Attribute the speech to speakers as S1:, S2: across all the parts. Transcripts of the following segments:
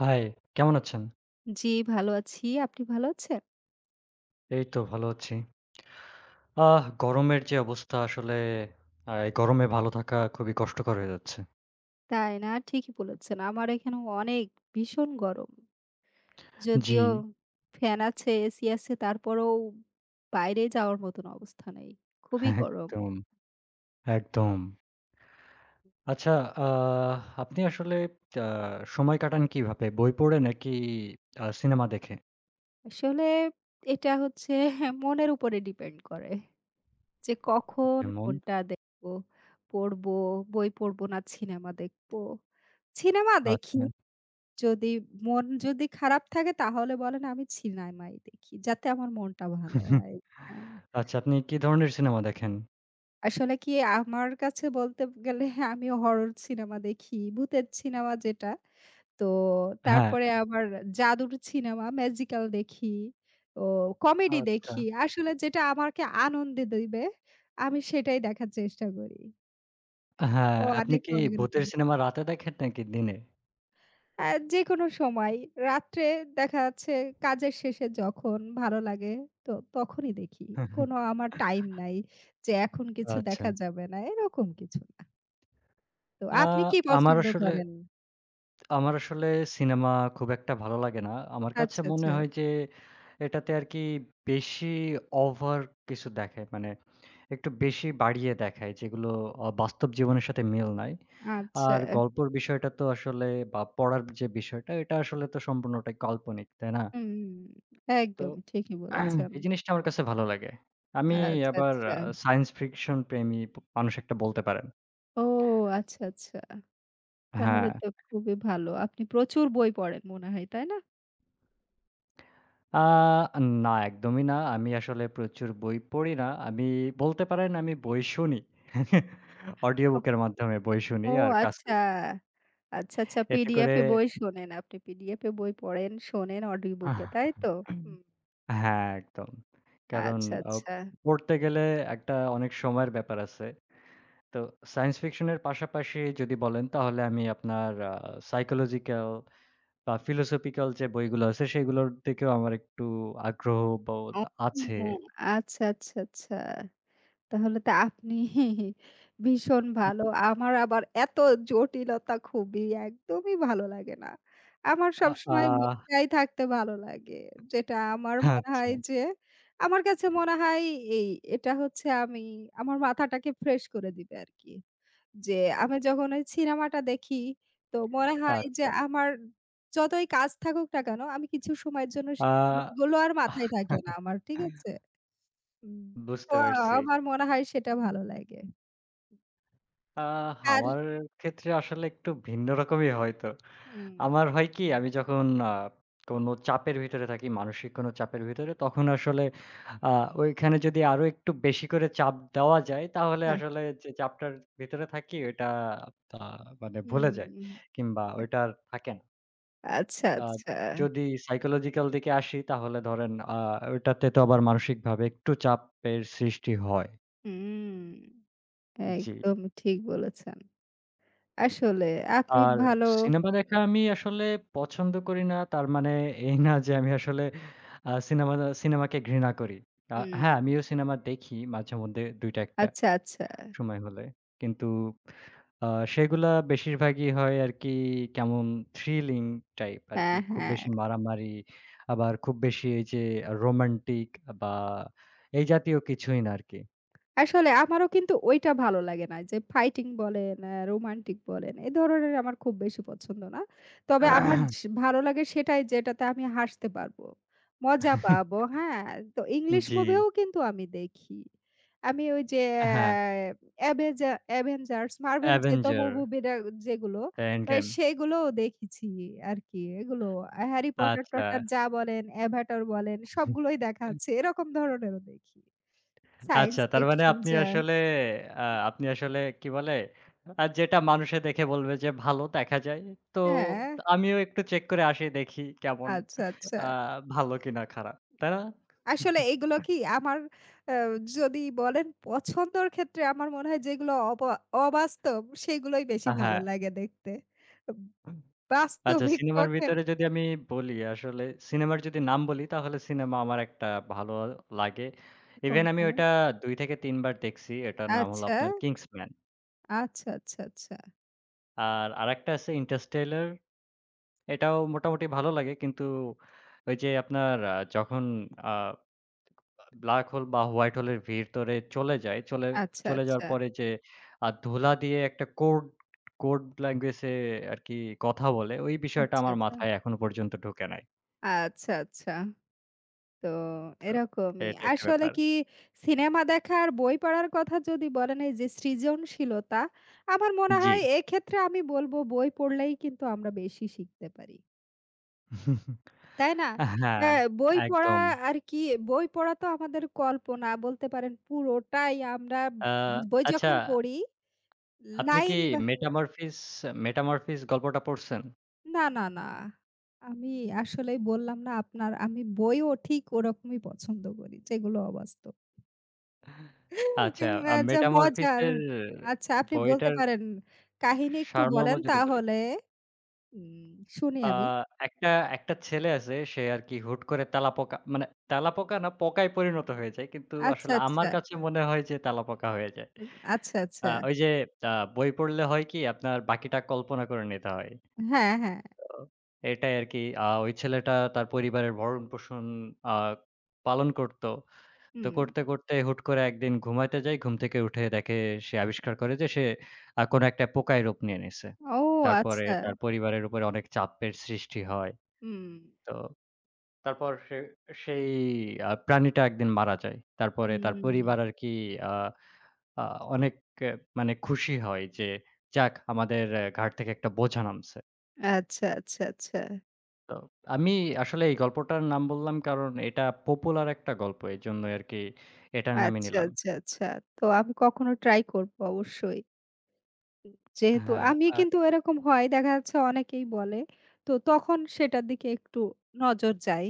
S1: High, কেমন আছেন?
S2: জি, ভালো আছি। আপনি ভালো আছেন?
S1: এই তো ভালো আছি। গরমের যে অবস্থা আসলে এই গরমে ভালো থাকা খুবই কষ্টকর হয়ে যাচ্ছে।
S2: তাই না? ঠিকই বলেছেন। আমার এখানে অনেক ভীষণ গরম।
S1: জি,
S2: যদিও ফ্যান আছে, এসি আছে, তারপরেও বাইরে যাওয়ার মতন অবস্থা নেই। খুবই
S1: হ্যাঁ,
S2: গরম।
S1: একদম, একদম। আচ্ছা, আহ আপনি আসলে আ সময় কাটান কিভাবে? বই পড়ে নাকি সিনেমা দেখে?
S2: আসলে এটা হচ্ছে মনের উপরে ডিপেন্ড করে যে কখন
S1: যেমন?
S2: কোনটা দেখব, পড়ব, বই পড়ব না সিনেমা দেখব। সিনেমা দেখি।
S1: আচ্ছা।
S2: যদি মন যদি খারাপ থাকে তাহলে বলেন আমি সিনেমাই দেখি। যাতে আমার মনটা ভালো হয়। হ্যাঁ।
S1: আচ্ছা, আপনি কি ধরনের সিনেমা দেখেন?
S2: আসলে কি আমার কাছে বলতে গেলে আমিও হরর সিনেমা দেখি। ভূতের সিনেমা যেটা। তো
S1: হ্যাঁ,
S2: তারপরে আবার জাদুর সিনেমা, ম্যাজিক্যাল দেখি। ও কমেডি
S1: আচ্ছা।
S2: দেখি। আসলে যেটা আমাকে আনন্দে দিবে আমি সেটাই দেখার চেষ্টা করি।
S1: হ্যাঁ, আপনি
S2: অনেক,
S1: কি
S2: অনেক
S1: ভূতের
S2: রকম।
S1: সিনেমা রাতে দেখেন নাকি দিনে?
S2: আ যেকোনো সময় রাত্রে দেখা যাচ্ছে কাজের শেষে যখন ভালো লাগে তো তখনই দেখি। কোনো আমার টাইম নাই যে এখন কিছু
S1: আচ্ছা।
S2: দেখা যাবে না। এরকম কিছু না। তো
S1: আ
S2: আপনি কি
S1: আমার
S2: পছন্দ
S1: আসলে
S2: করেন?
S1: আমার আসলে সিনেমা খুব একটা ভালো লাগে না। আমার কাছে
S2: আচ্ছা,
S1: মনে
S2: আচ্ছা,
S1: হয় যে এটাতে আরকি বেশি ওভার কিছু দেখায়। মানে একটু বেশি বাড়িয়ে দেখায় যেগুলো বাস্তব জীবনের সাথে মিল নাই।
S2: আচ্ছা।
S1: আর গল্পর বিষয়টা তো আসলে বা পড়ার যে বিষয়টা এটা আসলে তো সম্পূর্ণটাই কাল্পনিক, তাই না?
S2: হুম,
S1: তো
S2: একদম ঠিকই বলেছেন।
S1: এই জিনিসটা আমার কাছে ভালো লাগে। আমি
S2: আচ্ছা,
S1: আবার
S2: আচ্ছা।
S1: সায়েন্স ফিকশন প্রেমী মানুষ একটা বলতে পারেন।
S2: ও আচ্ছা, আচ্ছা। তাহলে
S1: হ্যাঁ।
S2: তো খুবই ভালো। আপনি প্রচুর বই পড়েন মনে হয়, তাই না?
S1: আ না, একদমই না। আমি আসলে প্রচুর বই পড়ি না। আমি বলতে পারেন আমি বই শুনি। অডিও
S2: ওহ,
S1: বুকের মাধ্যমে বই শুনি
S2: ও
S1: আর কাজ
S2: আচ্ছা।
S1: করি।
S2: আচ্ছা, আচ্ছা
S1: এতে করে
S2: পিডিএফ এ বই শোনেন আপনি। পিডিএফ এ বই পড়েন, শোনেন অডিও বুকে, তাই তো? হুম।
S1: হ্যাঁ, একদম। কারণ
S2: আচ্ছা,
S1: আ
S2: আচ্ছা।
S1: পড়তে গেলে একটা অনেক সময়ের ব্যাপার আছে। তো সায়েন্স ফিকশন এর পাশাপাশি যদি বলেন তাহলে আমি আপনার সাইকোলজিক্যাল বা ফিলোসফিক্যাল যে বইগুলো আছে সেগুলোর দিকেও আমার একটু আগ্রহ বোধ
S2: ও
S1: আছে।
S2: আচ্ছা, আচ্ছা, আচ্ছা। তাহলে তো আপনি ভীষণ ভালো। আমার আবার এত জটিলতা খুবই একদমই ভালো লাগে না। আমার
S1: আ আ
S2: সবসময় মজায় থাকতে ভালো লাগে। যেটা আমার মনে হয়
S1: আচ্ছা।
S2: যে, আমার কাছে মনে হয় এই এটা হচ্ছে আমার মাথাটাকে ফ্রেশ করে দিবে আরকি। যে আমি যখন ওই সিনেমাটা দেখি তো মনে হয় যে
S1: আচ্ছা।
S2: আমার যতই কাজ থাকুক না কেন আমি কিছু সময়ের জন্য
S1: আ
S2: সেই কাজগুলো আর মাথায় থাকে না আমার। ঠিক আছে? হুম। তো
S1: বুঝতে পারছি।
S2: আমার মনে হয় সেটা ভালো লাগে।
S1: আ
S2: আর
S1: আমার ক্ষেত্রে আসলে একটু ভিন্ন রকমই হয়তো।
S2: হুম,
S1: আমার হয় কি আমি যখন কোনো চাপের ভিতরে থাকি, মানসিক কোনো চাপের ভিতরে তখন আসলে আ ওইখানে যদি আরো একটু বেশি করে চাপ দেওয়া যায় তাহলে
S2: হ্যাঁ।
S1: আসলে যে চাপটার ভিতরে থাকি ওইটা আ মানে ভুলে যাই
S2: হুম।
S1: কিংবা ওইটা আর থাকে না।
S2: আচ্ছা,
S1: আ
S2: আচ্ছা।
S1: যদি সাইকোলজিক্যাল দিকে আসি তাহলে ধরেন ওইটাতে তো আবার মানসিকভাবে একটু চাপের সৃষ্টি হয়।
S2: হুম।
S1: জি।
S2: একদম ঠিক বলেছেন। আসলে আপনি
S1: আর
S2: ভালো
S1: সিনেমা দেখা আমি আসলে পছন্দ করি না। তার মানে এই না যে আমি আসলে আ সিনেমা সিনেমাকে ঘৃণা করি। হ্যাঁ,
S2: হুম।
S1: আমিও সিনেমা দেখি মাঝেমধ্যে ২ টা ১ টা।
S2: আচ্ছা, আচ্ছা।
S1: সময় হলে। কিন্তু আ সেগুলা বেশিরভাগই হয় আরকি কেমন থ্রিলিং টাইপ আরকি।
S2: হ্যাঁ,
S1: খুব
S2: হ্যাঁ।
S1: বেশি মারামারি, আবার খুব বেশি এই যে রোমান্টিক বা এই জাতীয় কিছুই না আরকি।
S2: আসলে আমারও কিন্তু ঐটা ভালো লাগে না। যে ফাইটিং বলেন, রোমান্টিক বলেন, এ ধরনের আমার খুব বেশি পছন্দ না। তবে আমার ভালো লাগে সেটাই যেটাতে আমি হাসতে পারবো, মজা পাবো, হ্যাঁ? তো ইংলিশ
S1: জি।
S2: মুভিও কিন্তু আমি দেখি। আমি ওই যে
S1: হ্যাঁ,
S2: অ্যাভেঞ্জার্স, মার্ভেল যেত
S1: অ্যাভেঞ্জার,
S2: মুভিরা যেগুলো,
S1: এন্ড গেম।
S2: সেগুলোও দেখেছি আরকি। এগুলো হ্যারি পটার
S1: আচ্ছা।
S2: টটার যা বলেন, অ্যাভাটার বলেন সবগুলোই দেখা আছে। এরকম ধরনেরও দেখি।
S1: আচ্ছা,
S2: সায়েন্স
S1: তার মানে
S2: ফিকশন
S1: আপনি
S2: যা
S1: আসলে আ আপনি আসলে কি বলে? যেটা মানুষে দেখে বলবে যে ভালো দেখা যায়। তো
S2: হ্যাঁ,
S1: আমিও একটু চেক করে আসি দেখি কেমন
S2: আচ্ছা, আচ্ছা।
S1: আ ভালো কিনা খারাপ। তাই না?
S2: আসলে এগুলো কি আমার আ যদি বলেন পছন্দর ক্ষেত্রে আমার মনে হয় যেগুলো অবাস্তব সেগুলোই বেশি ভালো
S1: হ্যাঁ।
S2: লাগে দেখতে। উব
S1: আচ্ছা,
S2: বাস্তবিক
S1: সিনেমার
S2: পক্ষে
S1: ভিতরে যদি আমি বলি আসলে সিনেমার যদি নাম বলি তাহলে সিনেমা আমার একটা ভালো লাগে। ইভেন আমি
S2: কোনটা?
S1: ওইটা ২ থেকে ৩ বার দেখছি। এটার নাম হলো
S2: আচ্ছা,
S1: আপনার 'কিংসম্যান'।
S2: আচ্ছা, আচ্ছা, আচ্ছা,
S1: আর আরেকটা আছে 'ইন্টারস্টেলার', এটাও মোটামুটি ভালো লাগে। কিন্তু ওই যে আপনার যখন আ ব্লাক হোল বা হোয়াইট হোলের ভিতরে চলে যায়, চলে
S2: আচ্ছা,
S1: চলে যাওয়ার
S2: আচ্ছা,
S1: পরে যে ধুলা দিয়ে একটা কোড কোড ল্যাঙ্গুয়েজ এ আরকি কথা বলে, ওই বিষয়টা
S2: আচ্ছা,
S1: আমার
S2: আচ্ছা,
S1: মাথায় এখনো পর্যন্ত ঢুকে নাই।
S2: আচ্ছা, আচ্ছা। তো
S1: তো
S2: এরকমই।
S1: এটা একটা
S2: আসলে
S1: ব্যাপার।
S2: কি সিনেমা দেখা আর বই পড়ার কথা যদি বলেন এই যে সৃজনশীলতা, আমার মনে
S1: জি।
S2: হয় এক্ষেত্রে আমি বলব বই পড়লেই কিন্তু আমরা বেশি শিখতে পারি। তাই না?
S1: হ্যাঁ,
S2: হ্যাঁ, বই পড়া
S1: একদম।
S2: আর কি বই পড়া তো আমাদের কল্পনা বলতে পারেন পুরোটাই আমরা
S1: আ
S2: বই
S1: আচ্ছা,
S2: যখন পড়ি
S1: আপনি কি
S2: লাইন বা
S1: মেটামরফিস, মেটামরফিস গল্পটা পড়ছেন?
S2: না, না, না। আমি আসলেই বললাম না আপনার আমি বইও ঠিক ওরকমই পছন্দ করি যেগুলো অবাস্তব।
S1: আচ্ছা,
S2: উম আ যা
S1: মেটামরফিস
S2: মজার।
S1: এর
S2: আচ্ছা আপনি বলতে
S1: বইটার
S2: পারেন। কাহিনী একটু
S1: সারমর্ম
S2: বলেন
S1: যদি বলি,
S2: তাহলে উম শুনি
S1: আ
S2: আমি।
S1: একটা, একটা ছেলে আছে সে আর কি হুট করে তেলাপোকা মানে তেলাপোকা না পোকায় পরিণত হয়ে যায়। কিন্তু
S2: আচ্ছা,
S1: আসলে আমার
S2: আচ্ছা,
S1: কাছে মনে হয় যে তেলাপোকা হয়ে যায়।
S2: আচ্ছা, আচ্ছা।
S1: ওই যে আ বই পড়লে হয় কি আপনার বাকিটা কল্পনা করে নিতে হয়।
S2: হ্যাঁ, হ্যাঁ।
S1: তো এটাই আরকি ওই ছেলেটা তার পরিবারের ভরণ-পোষণ আ পালন করত। তো
S2: হুম।
S1: করতে হুট করে একদিন ঘুমাইতে যাই। ঘুম থেকে উঠে দেখে সে আবিষ্কার করে যে সে কোনো একটা পোকায় রূপ নিয়ে নিছে।
S2: ও
S1: তারপরে
S2: আচ্ছা।
S1: তার পরিবারের উপরে অনেক চাপের সৃষ্টি হয়।
S2: হুম,
S1: তো তারপর সে সেই প্রাণীটা একদিন মারা যায়। তারপরে তার পরিবার
S2: হুম।
S1: আরকি আ আ অনেক এ মানে খুশি হয় যে যাক আমাদের ঘাড় থেকে একটা বোঝা নামছে।
S2: আচ্ছা, আচ্ছা, আচ্ছা।
S1: তো আমি আসলে এই গল্পটার নাম বললাম কারণ এটা পপুলার একটা গল্প। এজন্যই আরকি এটার নামই
S2: আচ্ছা,
S1: নিলাম।
S2: আচ্ছা, আচ্ছা। তো আমি কখনো ট্রাই করব অবশ্যই। যেহেতু
S1: হ্যাঁ,
S2: আমি
S1: আ
S2: কিন্তু এরকম হয় দেখা যাচ্ছে অনেকেই বলে। তো তখন সেটার দিকে একটু নজর যায়।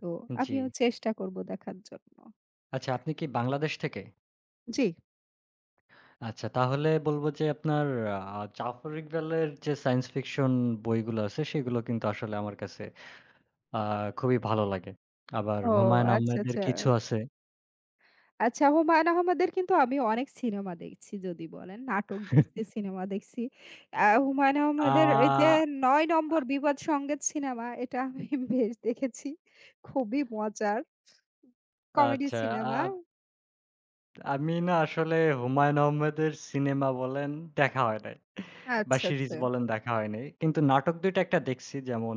S2: তো
S1: জি।
S2: আমিও চেষ্টা করব দেখার জন্য।
S1: আচ্ছা, আপনি কি বাংলাদেশ থেকে?
S2: জি।
S1: আচ্ছা, তাহলে বলব যে আপনার জাফর ইকবালের যে সায়েন্স ফিকশন বইগুলো আছে, সেগুলো কিন্তু আসলে আমার কাছে আ খুবই ভালো লাগে। আবার
S2: ও
S1: হুমায়ূন
S2: আচ্ছা,
S1: আহমেদের
S2: আচ্ছা।
S1: কিছু আছে।
S2: আচ্ছা হুমায়ূন আহমেদের কিন্তু আমি অনেক সিনেমা দেখছি যদি বলেন। নাটক দেখছি, সিনেমা দেখছি। হুমায়ূন আহমেদের এই যে
S1: আ
S2: ৯ নম্বর বিবাদ সংগীত সিনেমা এটা আমি বেশ দেখেছি। খুবই মজার কমেডি
S1: আচ্ছা, আ
S2: সিনেমা।
S1: আমি না আসলে হুমায়ূন আহমেদের সিনেমা বলেন, দেখা হয় নাই। বা
S2: আচ্ছা,
S1: সিরিজ
S2: আচ্ছা।
S1: বলেন দেখা হয় নাই।
S2: হুম।
S1: কিন্তু নাটক ২ টা একটা দেখছি যেমন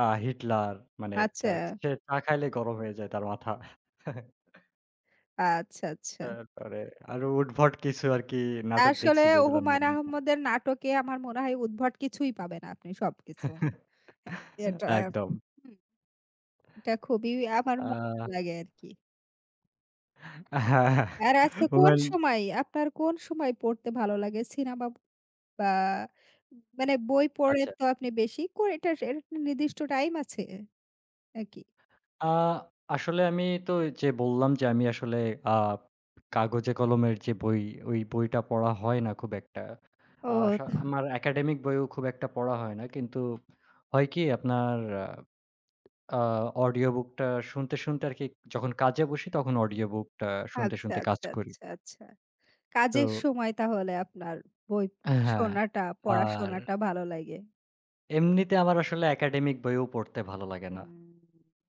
S1: 'হিটলার' মানে তা
S2: আচ্ছা,
S1: সে চা খাইলে গরম হয়ে যায় তার মাথা।
S2: আচ্ছা, আচ্ছা।
S1: তারপরে আরো উদ্ভট কিছু আরকি নাটক
S2: আসলে
S1: দেখছি যেগুলোর নাম
S2: হুমায়ূন
S1: মনে নাই।
S2: আহমেদের নাটকে আমার মনে হয় উদ্ভট কিছুই পাবেন আপনি সবকিছু। হ্যাঁ, এটা
S1: একদম।
S2: হুম, এটা খুবই আমার
S1: আ
S2: মজা লাগে আরকি।
S1: হ্যাঁ,
S2: আর আচ্ছা
S1: ওমেন
S2: কোন সময় পড়তে ভালো লাগে? সিনেমা বা মানে বই পড়ে
S1: আচ্ছা।
S2: তো আপনি বেশি করে এটা এর একটা নির্দিষ্ট টাইম আছে নাকি?
S1: আ আসলে আমি তো যে বললাম যে আমি আসলে আ কাগজে কলমের যে বই, ওই বইটা পড়া হয় না খুব একটা। আ
S2: ও
S1: সা আমার একাডেমিক বইও খুব একটা পড়া হয় না। কিন্তু হয় কি আপনার আ অডিও বুকটা শুনতে আরকি যখন কাজে বসি তখন অডিও বুকটা শুনতে,
S2: আচ্ছা,
S1: শুনতে কাজ
S2: আচ্ছা,
S1: করি।
S2: আচ্ছা, আচ্ছা।
S1: তো
S2: কাজের সময় তাহলে আপনার বই
S1: হ্যাঁ,
S2: শোনাটা,
S1: আর
S2: পড়াশোনাটা ভালো লাগে।
S1: এমনিতে আমার আসলে একাডেমিক বইও পড়তে ভালো লাগে না।
S2: হুম।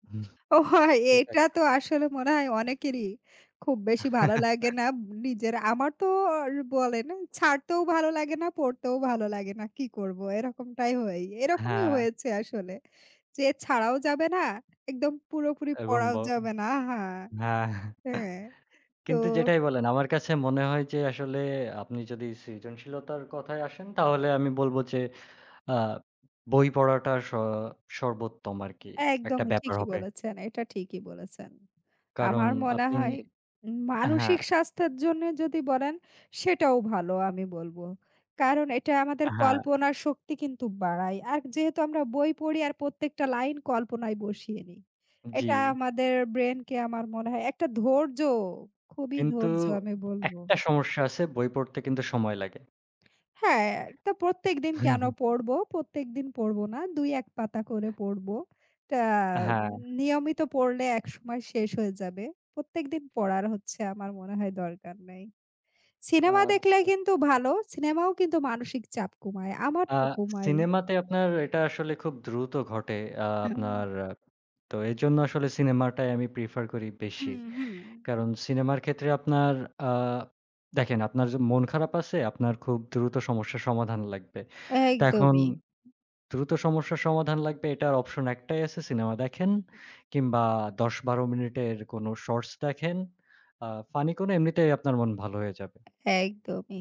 S1: হুম।
S2: ওহ!
S1: তো এটা
S2: এটা
S1: একটা
S2: তো
S1: ব্যাপার।
S2: আসলে মনে হয় অনেকেরই খুব বেশি ভালো লাগে না নিজের। আমার তো আর বলেন ছাড়তেও ভালো লাগে না, পড়তেও ভালো লাগে না। কি করব? এরকমটাই হয়। এরকমই
S1: হ্যাঁ,
S2: হয়েছে আসলে। যে ছাড়াও যাবে না, একদম পুরোপুরি
S1: এবং ব
S2: পড়াও যাবে না।
S1: হ্যাঁ,
S2: হ্যাঁ, হ্যাঁ। তো
S1: কিন্তু যেটাই বলেন আমার কাছে মনে হয় যে আসলে আপনি যদি সৃজনশীলতার কথায় আসেন তাহলে আমি বলব যে আ বই পড়াটা সর্বোত্তম আরকি একটা
S2: একদমই
S1: ব্যাপার
S2: ঠিকই
S1: হবে।
S2: বলেছেন। এটা ঠিকই বলেছেন।
S1: কারণ
S2: আমার মনে
S1: আপনি
S2: হয়
S1: হ্যাঁ,
S2: মানসিক স্বাস্থ্যের জন্যে যদি বলেন সেটাও ভালো আমি বলব। কারণ এটা আমাদের
S1: হ্যাঁ,
S2: কল্পনার শক্তি কিন্তু বাড়ায়। আর যেহেতু আমরা বই পড়ি আর প্রত্যেকটা লাইন কল্পনায় বসিয়ে নিই।
S1: জি।
S2: এটা আমাদের ব্রেইনকে আমার মনে হয় একটা ধৈর্য, খুবই
S1: কিন্তু
S2: ধৈর্য আমি বলব।
S1: একটা সমস্যা আছে বই পড়তে কিন্তু সময় লাগে।
S2: হ্যাঁ, তা প্রত্যেকদিন কেন পড়বো? প্রত্যেকদিন পড়বো না। ২-১ পাতা করে পড়বো। তা
S1: হ্যাঁ,
S2: নিয়মিত পড়লে একসময় শেষ হয়ে যাবে। প্রত্যেকদিন পড়ার হচ্ছে আমার মনে হয় দরকার নাই। সিনেমা দেখলে
S1: আচ্ছা।
S2: কিন্তু ভালো। সিনেমাও কিন্তু মানসিক চাপ কমায়। আমার
S1: আ
S2: তো কমায়।
S1: সিনেমাতে আপনার এটা আসলে খুব দ্রুত ঘটে।
S2: হুম।
S1: আপনার তো এজন্য আসলে সিনেমাটাই আমি প্রেফার করি বেশি।
S2: হুম, হুম।
S1: কারণ সিনেমার ক্ষেত্রে আপনার আ দেখেন আপনার যে মন খারাপ আছে, আপনার খুব দ্রুত সমস্যার সমাধান লাগবে। তো এখন
S2: একদমই,
S1: দ্রুত সমস্যার সমাধান লাগবে এটার অপশন একটাই আছে সিনেমা দেখেন কিংবা ১০-১২ মিনিটের কোনো শর্টস দেখেন। আ ফানি কোনো এমনিতেই আপনার মন ভালো হয়ে যাবে।
S2: একদমই।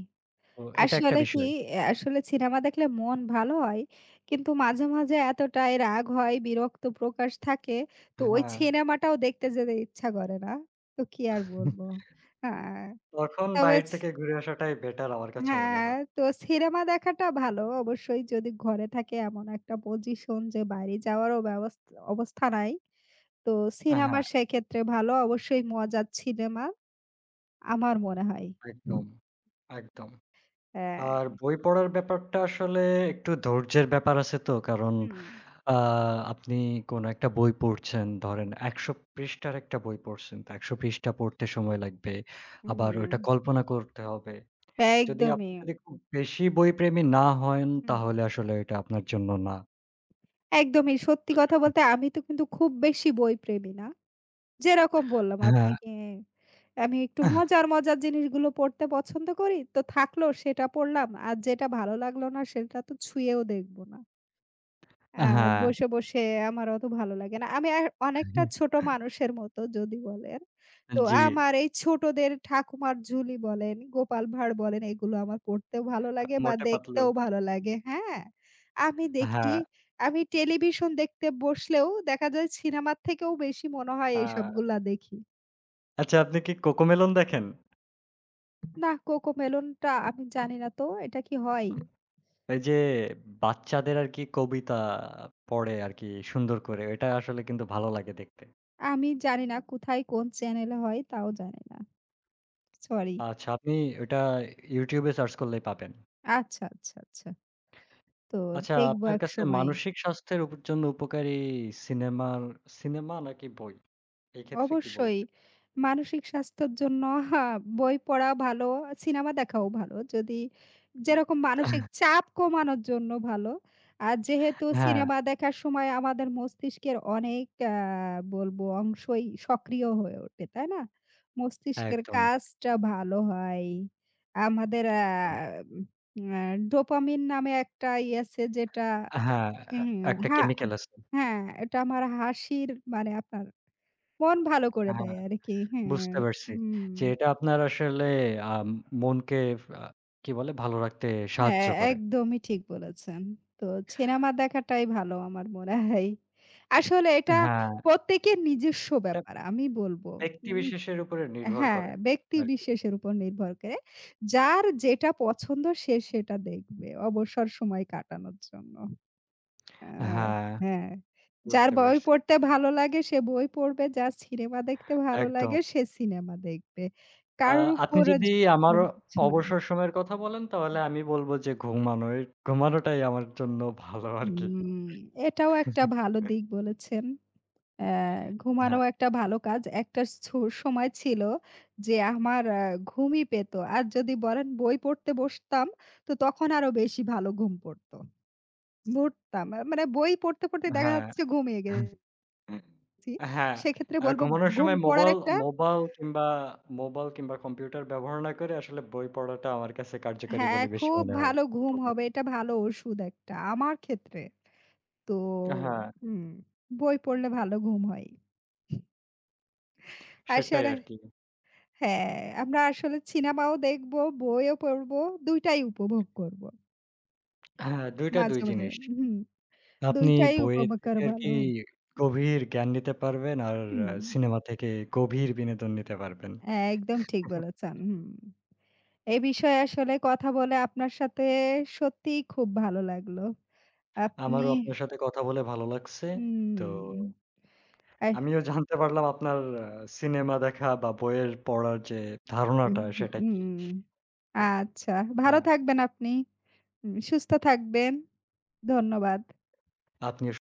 S1: তো এটা একটা
S2: আসলে কি,
S1: বিষয়।
S2: আসলে সিনেমা দেখলে মন ভালো হয়। কিন্তু মাঝে, মাঝে এতটাই রাগ হয়, বিরক্ত প্রকাশ থাকে। তো ওই
S1: হ্যাঁ।
S2: সিনেমাটাও দেখতে যেতে ইচ্ছা করে না। তো কি আর বলবো? হ্যাঁ,
S1: তখন
S2: তবে
S1: বাহির থেকে ঘুরে আসাটাই বেটার আমার কাছে মনে
S2: হ্যাঁ,
S1: হয়।
S2: তো সিনেমা দেখাটা ভালো। অবশ্যই যদি ঘরে থাকে এমন একটা পজিশন যে বাইরে যাওয়ারও অবস্থা নাই। তো সিনেমা
S1: হ্যাঁ,
S2: সেক্ষেত্রে ভালো। অবশ্যই মজার সিনেমা আমার মনে হয়।
S1: একদম, একদম।
S2: হ্যাঁ,
S1: আর বই পড়ার ব্যাপারটা আসলে একটু ধৈর্যের ব্যাপার আছে তো। কারণ
S2: হুম,
S1: আ আপনি কোন একটা বই পড়ছেন, ধরেন ১০০ পৃষ্ঠার একটা বই পড়ছেন। তো ১০০ পৃষ্ঠা পড়তে সময় লাগবে। আবার ওইটা
S2: হুম,
S1: কল্পনা করতে হবে। যদি আপনি
S2: একদমই।
S1: যদি খুব বেশি বইপ্রেমী না হন,
S2: হুম।
S1: তাহলে আসলে এটা আপনার জন্য না।
S2: একদমই। সত্যি কথা বলতে আমি তো কিন্তু খুব বেশি বইপ্রেমী না। যেরকম বললাম
S1: হ্যাঁ,
S2: আপনাকে আমি একটু মজার, মজার জিনিসগুলো পড়তে পছন্দ করি। তো থাকলো সেটা পড়লাম। আর যেটা ভালো লাগলো না সেটা তো ছুঁয়েও দেখব না। আ
S1: হ্যাঁ,
S2: বসে, বসে আমার অত ভালো লাগে না। আমি আর অনেকটা ছোট মানুষের মতো যদি বলেন। তো
S1: জি,
S2: আমার এই ছোটদের ঠাকুমার ঝুলি বলেন, গোপাল ভাঁড় বলেন এগুলো আমার পড়তেও ভালো লাগে বা
S1: মোটে পাতলু।
S2: দেখতেও ভালো লাগে। হ্যাঁ? আমি দেখি,
S1: হ্যাঁ,
S2: আমি টেলিভিশন দেখতে বসলেও দেখা যায় সিনেমার থেকেও বেশি মনে হয়
S1: হ্যাঁ।
S2: এইসবগুলা দেখি।
S1: আচ্ছা, আপনি কি কোকোমেলন দেখেন?
S2: না, কোকোমেলনটা আমি জানি না তো এটা কি হয়?
S1: এই যে বাচ্চাদের আরকি কবিতা পড়ে আরকি সুন্দর করে। এটা আসলে কিন্তু ভালো লাগে দেখতে।
S2: আমি জানি না কোথায় কোন চ্যানেলে হয় তাও জানি না। সরি।
S1: আচ্ছা, আপনি ওটা YouTube এ সার্চ করলেই পাবেন।
S2: আচ্ছা, আচ্ছা, আচ্ছা। তো
S1: আচ্ছা,
S2: দেখব
S1: আপনার কাছে
S2: একসময়।
S1: মানসিক স্বাস্থ্যের জন্য উপকারী সিনেমার সিনেমা নাকি বই? এই ক্ষেত্রে কি
S2: অবশ্যই
S1: বলবেন?
S2: মানসিক স্বাস্থ্যের জন্য হা, বই পড়া ভালো, সিনেমা দেখাও ভালো।
S1: উম
S2: যেরকম মানসিক চাপ কমানোর জন্য ভালো। আর যেহেতু
S1: হ্যাঁ,
S2: সিনেমা দেখার সময় আমাদের মস্তিষ্কের অনেক আ বলব অংশই সক্রিয় হয়ে ওঠে, তাই না? মস্তিষ্কের
S1: একদম,
S2: কাজটা ভালো হয়। আমাদের আ
S1: একদম।
S2: উম আ ডোপামিন নামে একটা ইয়ে আছে যেটা
S1: হ্যাঁ, এ
S2: হুম,
S1: একটা
S2: হা
S1: কেমিক্যাল আছে।
S2: হ্যাঁ, এটা আমার মানে আপনার মন ভালো করে
S1: হ্যাঁ,
S2: দেয় আরকি। হ্যাঁ,
S1: বুঝতে পারছি।
S2: হুম।
S1: যে এটা আপনার আসলে আ মনকে আ কি বলে ভালো রাখতে সাহায্য
S2: হ্যাঁ,
S1: করে।
S2: একদমই ঠিক বলেছেন। তো সিনেমা দেখাটাই ভালো আমার মনে হয়। আসলে এটা
S1: হ্যাঁ,
S2: প্রত্যেকের নিজস্ব
S1: এটা
S2: ব্যাপার আমি বলব।
S1: ব্যক্তি
S2: উম
S1: বিশেষের উপরে নির্ভর
S2: হ্যাঁ,
S1: করে
S2: ব্যক্তি
S1: আরকি।
S2: বিশেষের উপর নির্ভর করে। যার যেটা পছন্দ সে সেটা দেখবে অবসর সময় কাটানোর জন্য। আ
S1: হ্যাঁ,
S2: হ্যাঁ, যার
S1: বুঝতে
S2: বই
S1: পারছি।
S2: পড়তে ভালো লাগে সে বই পড়বে, যার সিনেমা দেখতে ভালো
S1: একদম।
S2: লাগে সে সিনেমা দেখবে।
S1: আ
S2: কারোর
S1: আপনি
S2: উপর
S1: যদি আমার
S2: জোর কিছু নাই।
S1: অবসর সময়ের কথা বলেন তাহলে আমি বলব যে ঘুমানো। এই ঘুমানোটাই আমার জন্য ভালো আরকি।
S2: হুম, এটাও একটা ভালো দিক বলেছেন। আ ঘুমানো
S1: হ্যাঁ,
S2: একটা ভালো কাজ। একটা সু সময় ছিল যে আমার ঘুমই পেত। আর যদি বলেন বই পড়তে বসতাম তো তখন আরো বেশি ভালো ঘুম পড়ত। পড়তাম। মানে বই পড়তে, পড়তে দেখা
S1: হ্যাঁ।
S2: যাচ্ছে ঘুমিয়ে জি,
S1: হ্যাঁ,
S2: সেক্ষেত্রে
S1: আর
S2: বলব
S1: ঘুমানোর
S2: ঘুম
S1: সময়
S2: পড়ার
S1: মোবাইল
S2: একটা
S1: মোবাইল কিংবা মোবাইল কিংবা কম্পিউটার ব্যবহার না করে আসলে বই পড়াটা আমার কাছে কার্যকরী
S2: হ্যাঁ,
S1: বলে বেশি
S2: খুব
S1: মনে হয়।
S2: ভালো ঘুম
S1: উপকারী।
S2: হবে। এটা ভালো ওষুধ একটা আমার ক্ষেত্রে। তো
S1: হ্যাঁ,
S2: হুম, বই পড়লে ভালো ঘুম হয়।
S1: সেটাই
S2: আসলে
S1: আরকি।
S2: হ্যাঁ, আমরা আসলে সিনেমাও দেখব, বইও পড়ব, ২ টাই উপভোগ করব।
S1: হ্যাঁ, ২ টা ২
S2: মাঝে, মাঝে
S1: জিনিস।
S2: হুম, ২
S1: আপনি
S2: টাই
S1: বইয়ের
S2: উপভোগ
S1: থেকে
S2: করা
S1: আরকি
S2: ভালো।
S1: গভীর জ্ঞান নিতে পারবেন আর
S2: হুম,
S1: সিনেমা থেকে গভীর বিনোদন নিতে পারবেন।
S2: একদম ঠিক বলেছেন। হুম, এ বিষয়ে আসলে কথা বলে আপনার সাথে সত্যিই খুব ভালো লাগলো। আপনি
S1: আমারও আপনার সাথে কথা বলে ভালো লাগছে। তো
S2: হুম, আহ
S1: আমিও জানতে পারলাম আপনার আ সিনেমা দেখা বা বইয়ের পড়ার যে ধারণাটা সেটা কি।
S2: হুম,
S1: তো
S2: আচ্ছা। ভালো
S1: হ্যাঁ,
S2: থাকবেন আপনি। সুস্থ থাকবেন। ধন্যবাদ।
S1: আপনিও